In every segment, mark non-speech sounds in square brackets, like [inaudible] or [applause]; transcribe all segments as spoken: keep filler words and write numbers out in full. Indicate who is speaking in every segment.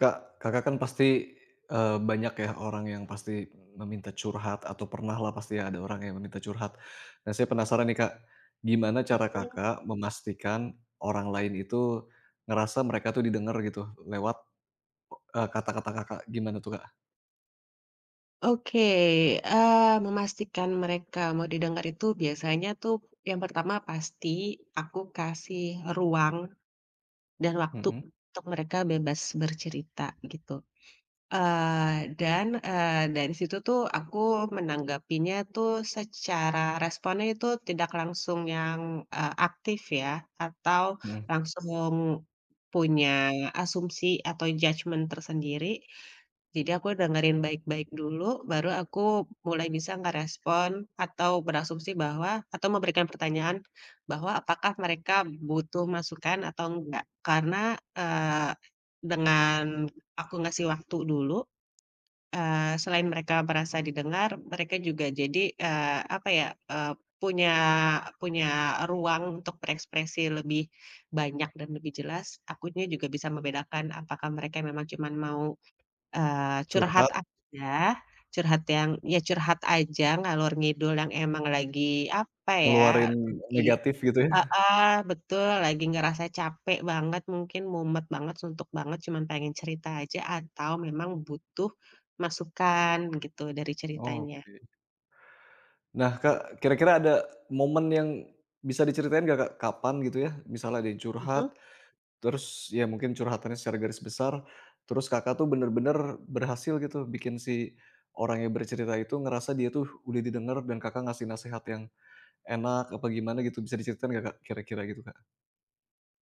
Speaker 1: Kak, Kakak kan pasti, eee, banyak ya orang yang pasti meminta curhat atau pernah lah pasti ya ada orang yang meminta curhat. Nah, saya penasaran nih, Kak, gimana cara Kakak memastikan orang lain itu ngerasa mereka tuh didengar gitu lewat, eee, kata-kata Kakak gimana tuh, Kak?
Speaker 2: Oke, eee, memastikan mereka mau didengar itu biasanya tuh yang pertama pasti aku kasih ruang dan waktu
Speaker 1: Mhm
Speaker 2: untuk mereka bebas bercerita gitu, eee, dan, eee, dari situ tuh aku menanggapinya tuh secara responnya itu tidak langsung yang, eee, aktif ya atau
Speaker 1: mhm.
Speaker 2: langsung punya asumsi atau judgement tersendiri. Jadi aku dengerin baik-baik dulu, baru aku mulai bisa ngerespon atau berasumsi bahwa atau memberikan pertanyaan bahwa apakah mereka butuh masukan atau enggak. Karena, eee, dengan aku ngasih waktu dulu, eee, selain mereka merasa didengar, mereka juga jadi, eee, apa ya, eee, punya punya ruang untuk berekspresi lebih banyak dan lebih jelas. Akunya juga bisa membedakan apakah mereka memang cuman mau Eee, curhat
Speaker 1: Curhat,
Speaker 2: aja, curhat yang ya curhat aja ngalor ngidul yang emang lagi apa ya,
Speaker 1: ngeluarin
Speaker 2: lagi
Speaker 1: negatif gitu ya?
Speaker 2: heeh, betul, lagi ngerasa capek banget mungkin, mumet banget, suntuk banget, cuman pengen cerita aja atau memang butuh masukan gitu dari ceritanya.
Speaker 1: Oke. Nah, Kak, kira-kira ada momen yang bisa diceritain gak Kak, kapan gitu ya, misalnya ada yang
Speaker 2: Mhm.
Speaker 1: curhat. Terus ya mungkin curhatannya secara garis besar, terus Kakak tuh bener-bener berhasil gitu bikin si orang yang bercerita itu ngerasa dia tuh udah didengar dan Kakak ngasih nasihat yang enak apa gimana gitu, bisa diceritain nggak Kak kira-kira gitu Kak?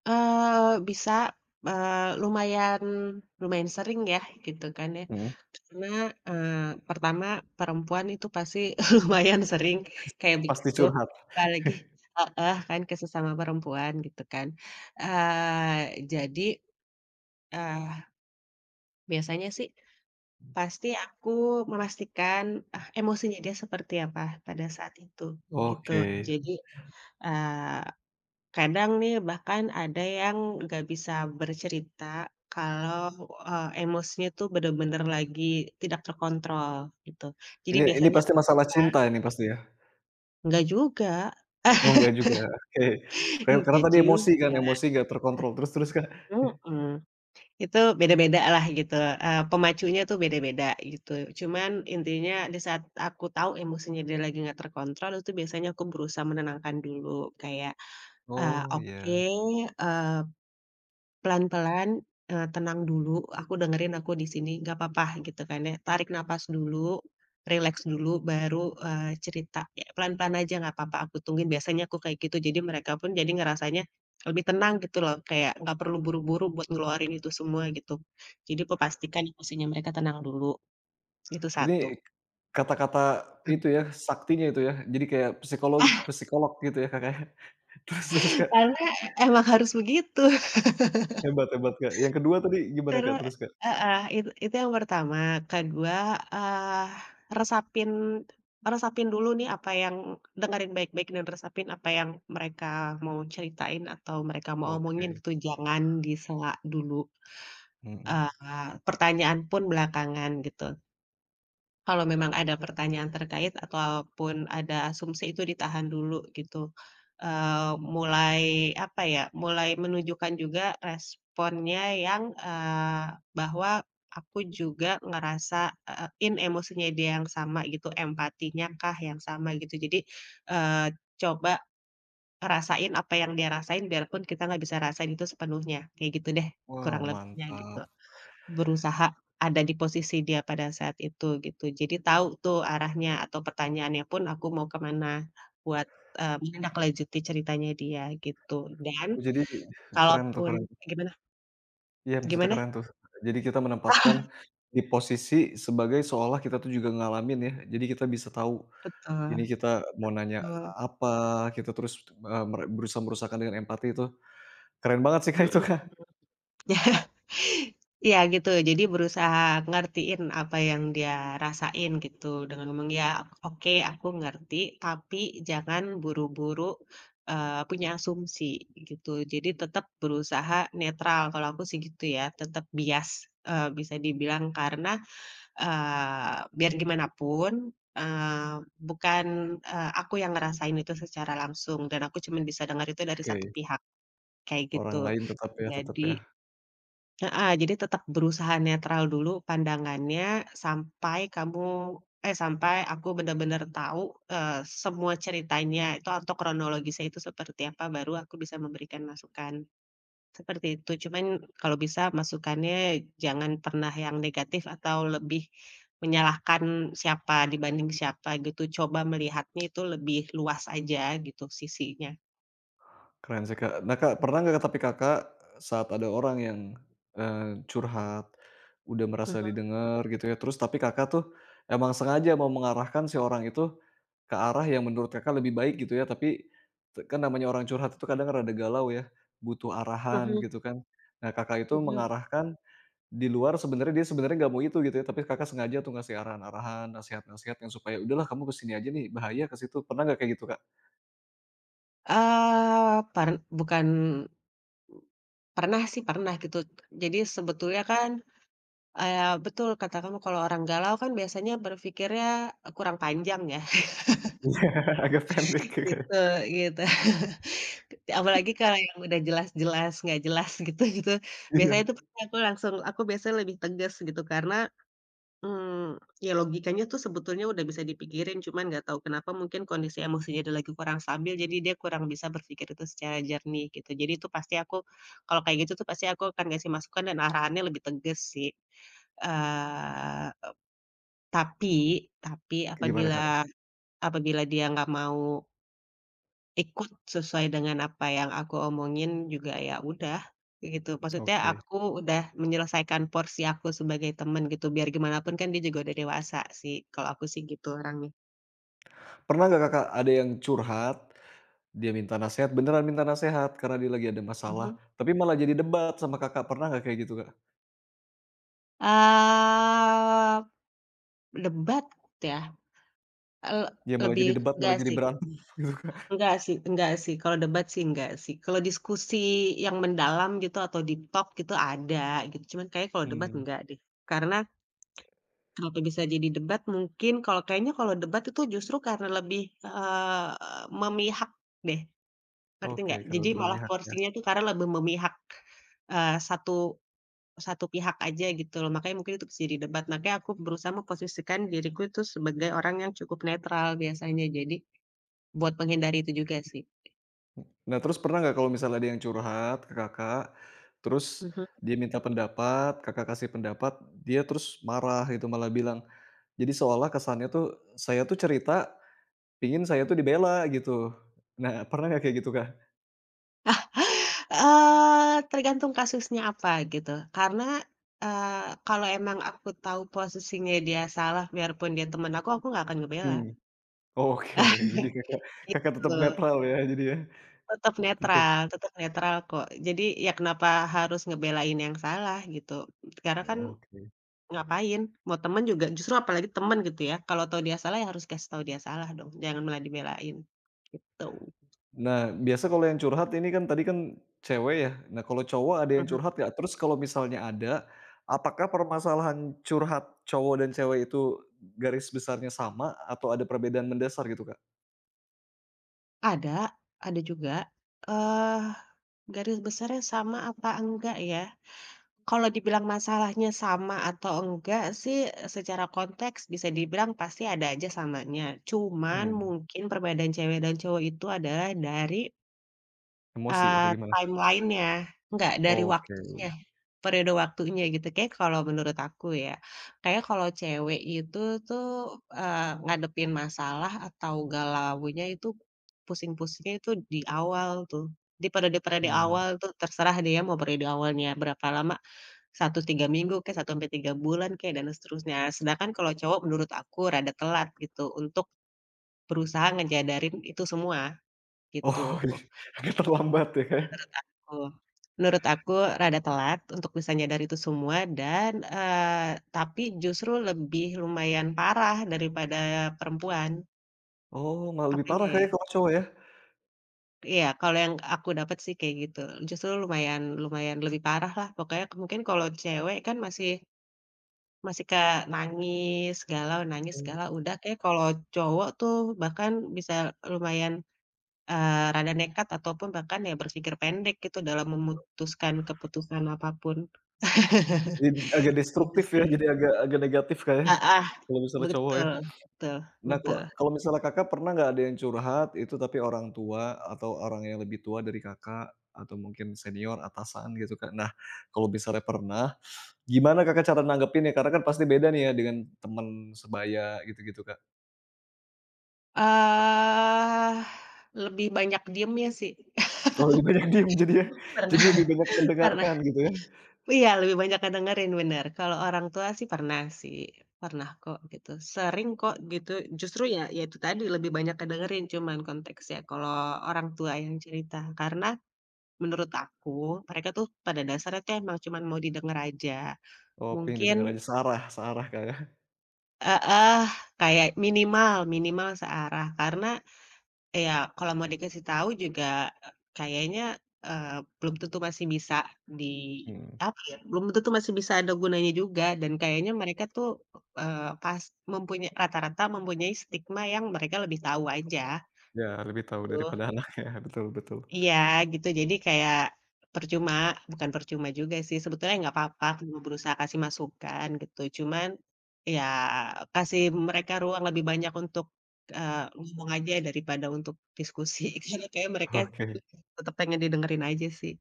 Speaker 2: Eee, bisa, eee, lumayan lumayan sering ya gitu kan ya.
Speaker 1: Mhm,
Speaker 2: Karena, eee, pertama perempuan itu pasti [laughs] lumayan sering kayak
Speaker 1: pasti
Speaker 2: begitu,
Speaker 1: curhat?
Speaker 2: apalagi heeh, kan ke sesama perempuan gitu kan. Eee, jadi, eee, biasanya sih pasti aku memastikan, ah, emosinya dia seperti apa pada saat itu, gitu.
Speaker 1: Oke.
Speaker 2: Jadi, eee kadang nih bahkan ada yang nggak bisa bercerita kalau, eee, emosinya tuh bener-bener lagi tidak terkontrol gitu. Jadi
Speaker 1: Ini ini
Speaker 2: biasanya
Speaker 1: pasti masalah cinta
Speaker 2: [unintelligible]
Speaker 1: ini pasti ya?
Speaker 2: enggak juga,
Speaker 1: Oh
Speaker 2: [laughs]
Speaker 1: nggak juga, oke. Kar karena
Speaker 2: enggak
Speaker 1: tadi
Speaker 2: juga,
Speaker 1: emosi kan, emosi nggak terkontrol, terus terus Kak?
Speaker 2: mhm. Itu beda-beda lah gitu, eee, pemacunya tuh beda-beda gitu. Cuman intinya di saat aku tahu emosinya dia lagi nggak terkontrol, itu biasanya aku berusaha menenangkan dulu kayak, eee,
Speaker 1: Oh,
Speaker 2: "Oke,
Speaker 1: iya.
Speaker 2: eee" Pelan-pelan, eee, tenang dulu, aku dengerin aku di sini, nggak papa gitu kan ya. Tarik napas dulu, rileks dulu, baru, eee, cerita. Ya pelan-pelan aja nggak papa, aku tungguin, biasanya aku kayak gitu. Jadi mereka pun jadi ngerasanya lebih tenang gitu loh, kayak nggak perlu buru-buru buat ngeluarin itu semua gitu. Jadi aku pastikan emosinya mereka tenang dulu, itu
Speaker 1: Ini
Speaker 2: satu.
Speaker 1: kata-kata itu ya, saktinya itu ya. Jadi kayak psikolog psikolog gitu ya, Kakak, ya. [laughs] Terus terus, Kak,
Speaker 2: Karena emang harus begitu.
Speaker 1: hebat hebat, Kak. Yang kedua tadi gimana,
Speaker 2: Karena
Speaker 1: Kak? Terus, Kak?
Speaker 2: heeh, itu itu yang pertama, kedua, eee, resapin resapin dulu nih apa yang dengerin baik-baik dan resapin apa yang mereka mau ceritain atau mereka mau omongin
Speaker 1: Oke,
Speaker 2: gitu, jangan disela dulu,
Speaker 1: mhm.
Speaker 2: eee, pertanyaan pun belakangan gitu. Kalau memang ada pertanyaan terkait ataupun ada asumsi itu ditahan dulu gitu, eee, mulai apa ya, mulai menunjukkan juga responnya yang, eee, bahwa aku juga ngerasa, eee, in emosinya dia yang sama gitu, empatinya kah yang sama gitu. Jadi, eee, coba rasain apa yang dia rasain biarpun kita nggak bisa rasain itu sepenuhnya, kayak gitu deh kurang
Speaker 1: Wow,
Speaker 2: lebihnya gitu.
Speaker 1: mantap.
Speaker 2: Berusaha ada di posisi dia pada saat itu gitu. Jadi tahu tuh arahnya atau pertanyaannya pun aku mau kemana buat, eee, menindaklanjuti ceritanya dia gitu dan
Speaker 1: Oh, jadi [laughs] keren tuh
Speaker 2: kalaupun
Speaker 1: keren.
Speaker 2: gimana
Speaker 1: Iya, maksudnya
Speaker 2: gimana?
Speaker 1: keren tuh. Jadi kita menempatkan di posisi sebagai seolah kita tuh juga ngalamin ya. Jadi kita bisa tahu ini
Speaker 2: Betul,
Speaker 1: kita mau nanya
Speaker 2: betul,
Speaker 1: apa, kita terus, eee, mere berusaha merusakkan dengan empati itu. Keren banget sih, Kak, itu, Kak.
Speaker 2: mhm. [laughs] Iya gitu, jadi berusaha ngertiin apa yang dia rasain gitu, dengan ngomong, "Ya oke aku ngerti, tapi jangan buru-buru, eee, punya asumsi," gitu. Jadi tetap berusaha netral, kalau aku sih gitu ya, tetap bias, eee, bisa dibilang karena, eee, biar gimana pun, eee, bukan, eee, aku yang ngerasain itu secara langsung dan aku cuman bisa dengar itu dari satu
Speaker 1: Oke,
Speaker 2: pihak, kayak gitu.
Speaker 1: orang lain tetap ya tetap ya.
Speaker 2: Jadi heeh, jadi tetap berusaha netral dulu pandangannya sampai kamu eh, sampai aku benar-benar tahu, eee, semua ceritanya itu atau kronologisnya itu seperti apa, baru aku bisa memberikan masukan, seperti itu. Cuman kalau bisa masukannya jangan pernah yang negatif atau lebih menyalahkan siapa dibanding siapa gitu, coba melihatnya itu lebih luas aja gitu sisinya.
Speaker 1: Keren sih, Kak. Nah, Kak, pernah nggak tapi Kakak saat ada orang yang, eee, curhat, udah merasa
Speaker 2: Mhm
Speaker 1: didengar gitu ya, terus tapi Kakak tuh emang sengaja mau mengarahkan si orang itu ke arah yang menurut Kakak lebih baik gitu ya, tapi te kan namanya orang curhat itu kadang rada galau ya, butuh arahan
Speaker 2: mhm
Speaker 1: gitu kan. Nah, Kakak itu
Speaker 2: mhm.
Speaker 1: mengarahkan di luar sebenarnya dia sebenarnya nggak mau itu gitu ya, tapi Kakak sengaja tuh ngasih arahan-arahan, nasehat-nasehat yang supaya, "Udahlah kamu kesini aja nih, bahaya ke situ." Pernah nggak kayak gitu, Kak? [laughs]
Speaker 2: Eee, par bukan Pernah sih, pernah gitu. Jadi sebetulnya kan, eee, betul kata kamu kalau orang galau kan biasanya berpikirnya, kurang panjang ya,
Speaker 1: Iya, agak pendek
Speaker 2: [laughs]
Speaker 1: ya, Kak.
Speaker 2: gitu gitu. Apalagi kalau yang udah jelas-jelas nggak jelas gitu gitu, biasanya
Speaker 1: Iya.
Speaker 2: itu pasti aku langsung aku biasanya lebih tegas gitu, karena mmm, ya logikanya tuh sebetulnya udah bisa dipikirin, cuman nggak tahu kenapa mungkin kondisi emosinya dia lagi kurang stabil, jadi dia kurang bisa berpikir itu secara jernih gitu. Jadi itu pasti aku kalau kayak gitu tuh pasti aku akan ngasih masukan dan arahannya lebih tegas sih. Eee, tapi tapi
Speaker 1: Gimana,
Speaker 2: apabila
Speaker 1: Kak?
Speaker 2: apabila dia nggak mau ikut sesuai dengan apa yang aku omongin juga ya udah, gitu. Maksudnya
Speaker 1: Oke.
Speaker 2: aku udah menyelesaikan porsi aku sebagai teman gitu, biar gimana pun kan dia juga udah dewasa sih, kalau aku sih gitu orangnya.
Speaker 1: Pernah nggak Kakak ada yang curhat, dia minta nasehat, beneran minta nasehat karena dia lagi ada masalah,
Speaker 2: Mhm.
Speaker 1: tapi malah jadi debat sama Kakak, pernah nggak kayak gitu, Kak?
Speaker 2: Eee, debat ya, eee,
Speaker 1: Ya malah
Speaker 2: lebih
Speaker 1: jadi debat,
Speaker 2: enggak
Speaker 1: malah jadi
Speaker 2: sih
Speaker 1: berantem [laughs] gitu, Kak?
Speaker 2: enggak sih enggak sih, kalau debat sih enggak sih. Kalau diskusi yang mendalam gitu atau deep talk gitu ada gitu, cuman kayaknya kalau debat
Speaker 1: Mmm,
Speaker 2: enggak deh. Karena kenapa bisa jadi debat mungkin kalau kayaknya kalau debat itu justru karena lebih, eee, memihak deh, ngerti
Speaker 1: oke,
Speaker 2: nggak?
Speaker 1: kedua
Speaker 2: Jadi
Speaker 1: belah
Speaker 2: malah
Speaker 1: pihak ya.
Speaker 2: porsinya itu karena lebih memihak, eee, satu satu pihak aja gitu loh, makanya mungkin itu bisa jadi debat. Makanya aku berusaha memposisikan diriku itu sebagai orang yang cukup netral biasanya, jadi buat menghindari itu juga sih.
Speaker 1: Nah, terus pernah nggak kalau misalnya ada yang curhat ke Kakak, terus
Speaker 2: Mhm.
Speaker 1: dia minta pendapat, Kakak kasih pendapat, dia terus marah gitu, malah bilang jadi seolah kesannya tuh, saya tuh cerita, pingin saya tuh dibela gitu. Nah, pernah nggak kayak gitu, Kak?
Speaker 2: Eee, tergantung kasusnya apa gitu, karena, eee, kalau emang aku tahu posisinya dia salah biarpun dia teman aku, aku nggak akan ngebela.
Speaker 1: Mmm. Oke, jadi
Speaker 2: [laughs]
Speaker 1: Kakak
Speaker 2: Gitu,
Speaker 1: Kakak tetap netral ya jadi ya?
Speaker 2: tetap
Speaker 1: Tetap
Speaker 2: netral tetap netral kok. Jadi, ya kenapa harus ngebelain yang salah gitu. Karena kan
Speaker 1: oke.
Speaker 2: ngapain, mau temen juga justru apalagi temen gitu ya, kalau tahu dia salah ya harus kasih tahu dia salah dong, jangan malah dibelain, gitu.
Speaker 1: Nah, biasa kalau yang curhat ini kan tadi kan cewek ya, nah kalau cowok ada yang
Speaker 2: Mhm.
Speaker 1: curhat nggak? Terus kalau misalnya ada, apakah permasalahan curhat cowok dan cewek itu garis besarnya sama atau ada perbedaan mendasar gitu, Kak?
Speaker 2: Ada ada juga, eee, garis besarnya sama apa enggak ya? Kalau dibilang masalahnya sama atau enggak sih, secara konteks bisa dibilang pasti ada aja samanya. Cuman
Speaker 1: Mmm,
Speaker 2: mungkin perbedaan cewek dan cowok itu adalah dari,
Speaker 1: emosi apa
Speaker 2: eee,
Speaker 1: gimana?
Speaker 2: timeline-nya, enggak, dari
Speaker 1: Oke,
Speaker 2: waktunya, periode waktunya gitu. Kayak kalau menurut aku ya, kayak kalau cewek itu tuh, eee, ngadepin masalah atau galaunya itu, pusing-pusingnya itu di awal tuh, di periode-periode
Speaker 1: mmm.
Speaker 2: awal
Speaker 1: [laughs]
Speaker 2: tuh, terserah dia mau periode awalnya berapa lama satu tiga minggu kek, satu sampai tiga bulan kek, dan seterusnya. Sedangkan kalau cowok menurut aku rada telat gitu untuk berusaha ngejadarin itu semua,
Speaker 1: Oh,
Speaker 2: gitu.
Speaker 1: agak terlambat ya, Kak, ya?
Speaker 2: Menurut aku menurut aku rada telat untuk bisa nyadar itu semua dan, eee, tapi justru lebih lumayan parah daripada perempuan.
Speaker 1: Oh, malah lebih
Speaker 2: Apanya
Speaker 1: parah Kak
Speaker 2: ya?
Speaker 1: ya kalau cowok ya?
Speaker 2: Iya, kalau yang aku dapat sih kayak gitu. Justru lumayan lumayan lebih parah lah. Pokoknya mungkin kalau cewek kan masih masih ke nangis, galau, nangis, galau,
Speaker 1: Oh.
Speaker 2: udah kayak kalau cowok tuh bahkan bisa lumayan, eee, rada nekat ataupun bahkan ya berpikir pendek gitu dalam memutuskan keputusan apapun. [laughs]
Speaker 1: Id agak
Speaker 2: Gitu
Speaker 1: destruktif ya,
Speaker 2: sih.
Speaker 1: jadi agak agak negatif Kak ya,
Speaker 2: Heeh,
Speaker 1: kalau misalnya cowok ya.
Speaker 2: betul betul
Speaker 1: Nah kalau
Speaker 2: betul.
Speaker 1: kalau misalnya Kakak pernah nggak ada yang curhat itu tapi orang tua atau orang yang lebih tua dari Kakak, atau mungkin senior, atasan gitu Kak. Nah kalau misalnya pernah, gimana Kakak cara nanggepinnya? Karena kan pasti beda nih ya dengan teman sebaya gitu-gitu Kak.
Speaker 2: Eee, lebih banyak diemnya sih. [laughs]
Speaker 1: Oh lebih banyak diem jadi ya,
Speaker 2: Pernah
Speaker 1: jadi lebih banyak
Speaker 2: pernah.
Speaker 1: mendengarkan gitu ya?
Speaker 2: Iya, lebih banyak ke dengerin, bener. Kalau orang tua sih pernah sih, pernah kok gitu, sering kok gitu. Justru ya ya itu tadi, lebih banyak ke cuman konteksnya kalau orang tua yang cerita. Karena menurut aku, mereka tuh pada dasarnya tuh emang cuman mau didengar aja.
Speaker 1: Oh pengen
Speaker 2: Mungkin
Speaker 1: didengar aja, searah searah Kak ya?
Speaker 2: heeh, kayak minimal minimal searah. Karena iya, kalau mau dikasih tahu juga, eee, kayaknya, eee, belum tentu masih bisa di
Speaker 1: Mhm,
Speaker 2: apa ya, belum tentu masih bisa ada gunanya juga dan kayaknya mereka tuh, eee, pas mempunya rata-rata mempunyai stigma yang mereka lebih tahu aja,
Speaker 1: ya lebih tahu
Speaker 2: gitu.
Speaker 1: daripada anaknya, [laughs] betul betul.
Speaker 2: Iya, gitu. Jadi kayak percuma, bukan percuma juga sih, sebetulnya nggak apa-apa kalau berusaha kasih masukan gitu, cuman ya kasih mereka ruang lebih banyak untuk, eee, ngomong aja daripada untuk diskusi, [laughs] karena kayaknya mereka
Speaker 1: Oke.
Speaker 2: tetep pengen didengerin aja sih,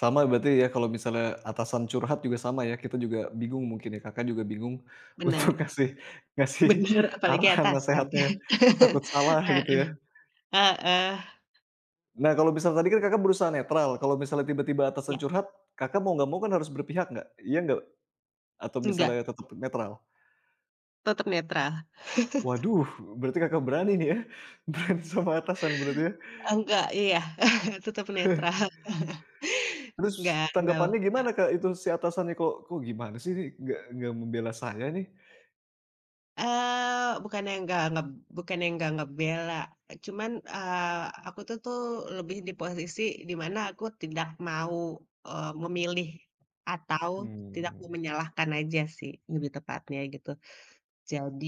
Speaker 1: Sama berarti ya kalau misalnya atasan curhat juga sama ya, kita juga bingung mungkin ya, Kakak juga bingung [laughs] untuk
Speaker 2: bener
Speaker 1: ngasih ngasih
Speaker 2: bener, [laughs] apalagi
Speaker 1: arahan,
Speaker 2: atasan.
Speaker 1: nasehatnya, takut salah gitu
Speaker 2: Heeh
Speaker 1: ya.
Speaker 2: [laughs] heeh,
Speaker 1: Nah kalau misal tadi kan Kakak berusaha netral, kalau misalnya tiba-tiba atasan
Speaker 2: ya,
Speaker 1: curhat, Kakak mau nggak mau kan harus berpihak nggak? Iya nggak? Atau
Speaker 2: enggak,
Speaker 1: misalnya tetap netral?
Speaker 2: tetep netral.
Speaker 1: Waduh, berarti Kakak berani nih ya, [laughs] berani sama atasan berarti ya.
Speaker 2: Enggak, iya, [laughs] tetep
Speaker 1: [laughs]
Speaker 2: netral,
Speaker 1: Terus
Speaker 2: enggak enggak,
Speaker 1: tanggapannya gimana Kak itu si atasannya, "Kok kok gimana sih ini nggak nggak membela saya nih?"
Speaker 2: eee, bukannya enggak ngeb bukannya enggak ngebela, cuman, eee, aku tuh tuh lebih di posisi di mana aku tidak mau, eee, memilih atau tidak
Speaker 1: Mmm,
Speaker 2: mau menyalahkan aja sih, lebih tepatnya gitu. Jadi,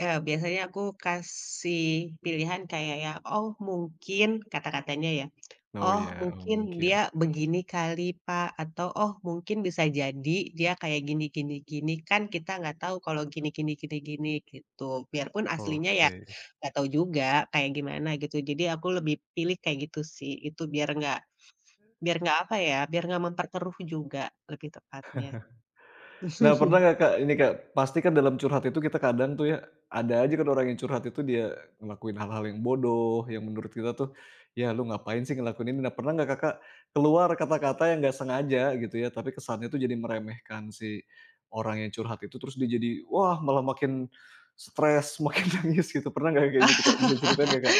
Speaker 2: eee, biasanya aku kasih pilihan kayak ya, "Oh mungkin," kata-katanya ya,
Speaker 1: oh
Speaker 2: "Oh
Speaker 1: ya, oh
Speaker 2: mungkin dia
Speaker 1: mungkin.
Speaker 2: begini kali Pak," atau, "Oh mungkin bisa jadi dia kayak gini gini gini, kan kita nggak tahu kalau gini gini gini gini," gitu. Biarpun aslinya ya
Speaker 1: Oke.
Speaker 2: nggak tahu juga kayak gimana gitu, jadi aku lebih pilih kayak gitu sih, itu biar nggak biar nggak apa ya, biar nggak memperkeruh juga lebih tepatnya.
Speaker 1: Nah, pernah
Speaker 2: [laughs]
Speaker 1: nggak, Kak, ini, Kak, pasti kan dalam curhat itu kita kadang tuh ya, ada aja kan orang yang curhat itu dia ngelakuin hal-hal yang bodoh, yang menurut kita tuh, "Ya, lu ngapain sih ngelakuin ini?" Nah, pernah nggak Kakak keluar kata-kata yang nggak sengaja gitu ya, tapi kesannya tuh jadi meremehkan si orang yang curhat itu, terus dia jadi, wah, malah makin stres, [laughs] makin nangis gitu. Pernah nggak kayak gitu,
Speaker 2: Ah,
Speaker 1: Kak? Bisa ceritain nggak, Kak?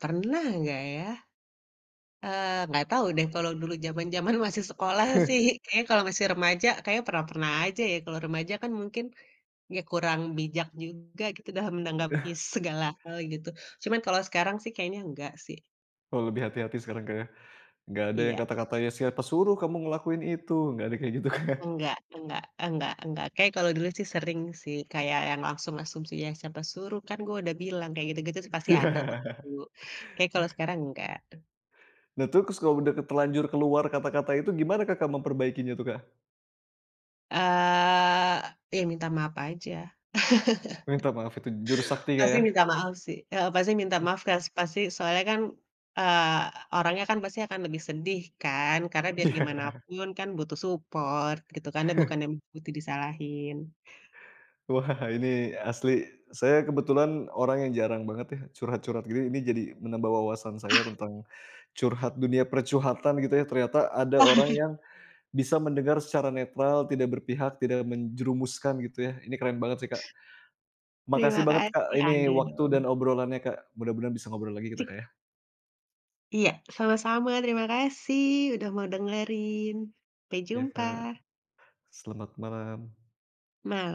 Speaker 2: pernah nggak ya? Eee, nggak tahu deh kalau dulu zaman-zaman masih sekolah sih, kayaknya kalau masih remaja kayaknya pernah-pernah aja ya, kalau remaja kan mungkin ya kurang bijak juga gitu dalam menanggapi
Speaker 1: [laughs]
Speaker 2: segala hal gitu. Cuman kalau sekarang sih kayaknya enggak sih.
Speaker 1: Oh, lebih hati-hati sekarang, Kak, ya? Nggak ada yang
Speaker 2: Iya,
Speaker 1: kata-katanya, "Siapa suruh kamu ngelakuin itu?" Nggak ada kayak gitu, Kak? [laughs]
Speaker 2: enggak enggak enggak enggak. Kayak kalau dulu sih sering sih, kayak yang langsung asumsi, "Ya siapa suruh, kan gue udah bilang," kayak gitu-gitu sih pasti ada kok
Speaker 1: Iya.
Speaker 2: dulu. Kayaknya kalau sekarang enggak.
Speaker 1: Nah, terus kalau udah terlanjur keluar kata-kata itu gimana Kakak memperbaikinya tuh, Kak?
Speaker 2: Eee, ya minta maaf aja.
Speaker 1: Minta maaf itu jurus sakti, Kak,
Speaker 2: Pasti
Speaker 1: ya?
Speaker 2: minta maaf sih, heeh, pasti minta maaf kan pasti soalnya kan, eee, orangnya kan pasti akan lebih sedih kan, karena biar gimana
Speaker 1: Iya.
Speaker 2: pun kan butuh support gitu kan, dan bukannya butuh disalahin.
Speaker 1: Wah, ini asli saya kebetulan orang yang jarang banget ya curhat-curhat gini, ini jadi menambah wawasan saya tentang curhat dunia percuhatan gitu ya, ternyata ada orang
Speaker 2: [laughs]
Speaker 1: yang bisa mendengar secara netral, tidak berpihak, tidak menjerumuskan gitu ya. Ini keren banget sih, Kak.
Speaker 2: Terima
Speaker 1: Makasih banget, Kak,
Speaker 2: kasih,
Speaker 1: ini
Speaker 2: ada
Speaker 1: waktu
Speaker 2: dong.
Speaker 1: dan obrolannya, Kak. Mudah-mudahan bisa ngobrol lagi kita, Kak,
Speaker 2: Cik
Speaker 1: ya.
Speaker 2: iya, sama-sama, terima kasih udah mau dengerin. Sampai
Speaker 1: Iya,
Speaker 2: jumpa.
Speaker 1: Kak, selamat malam.
Speaker 2: Ma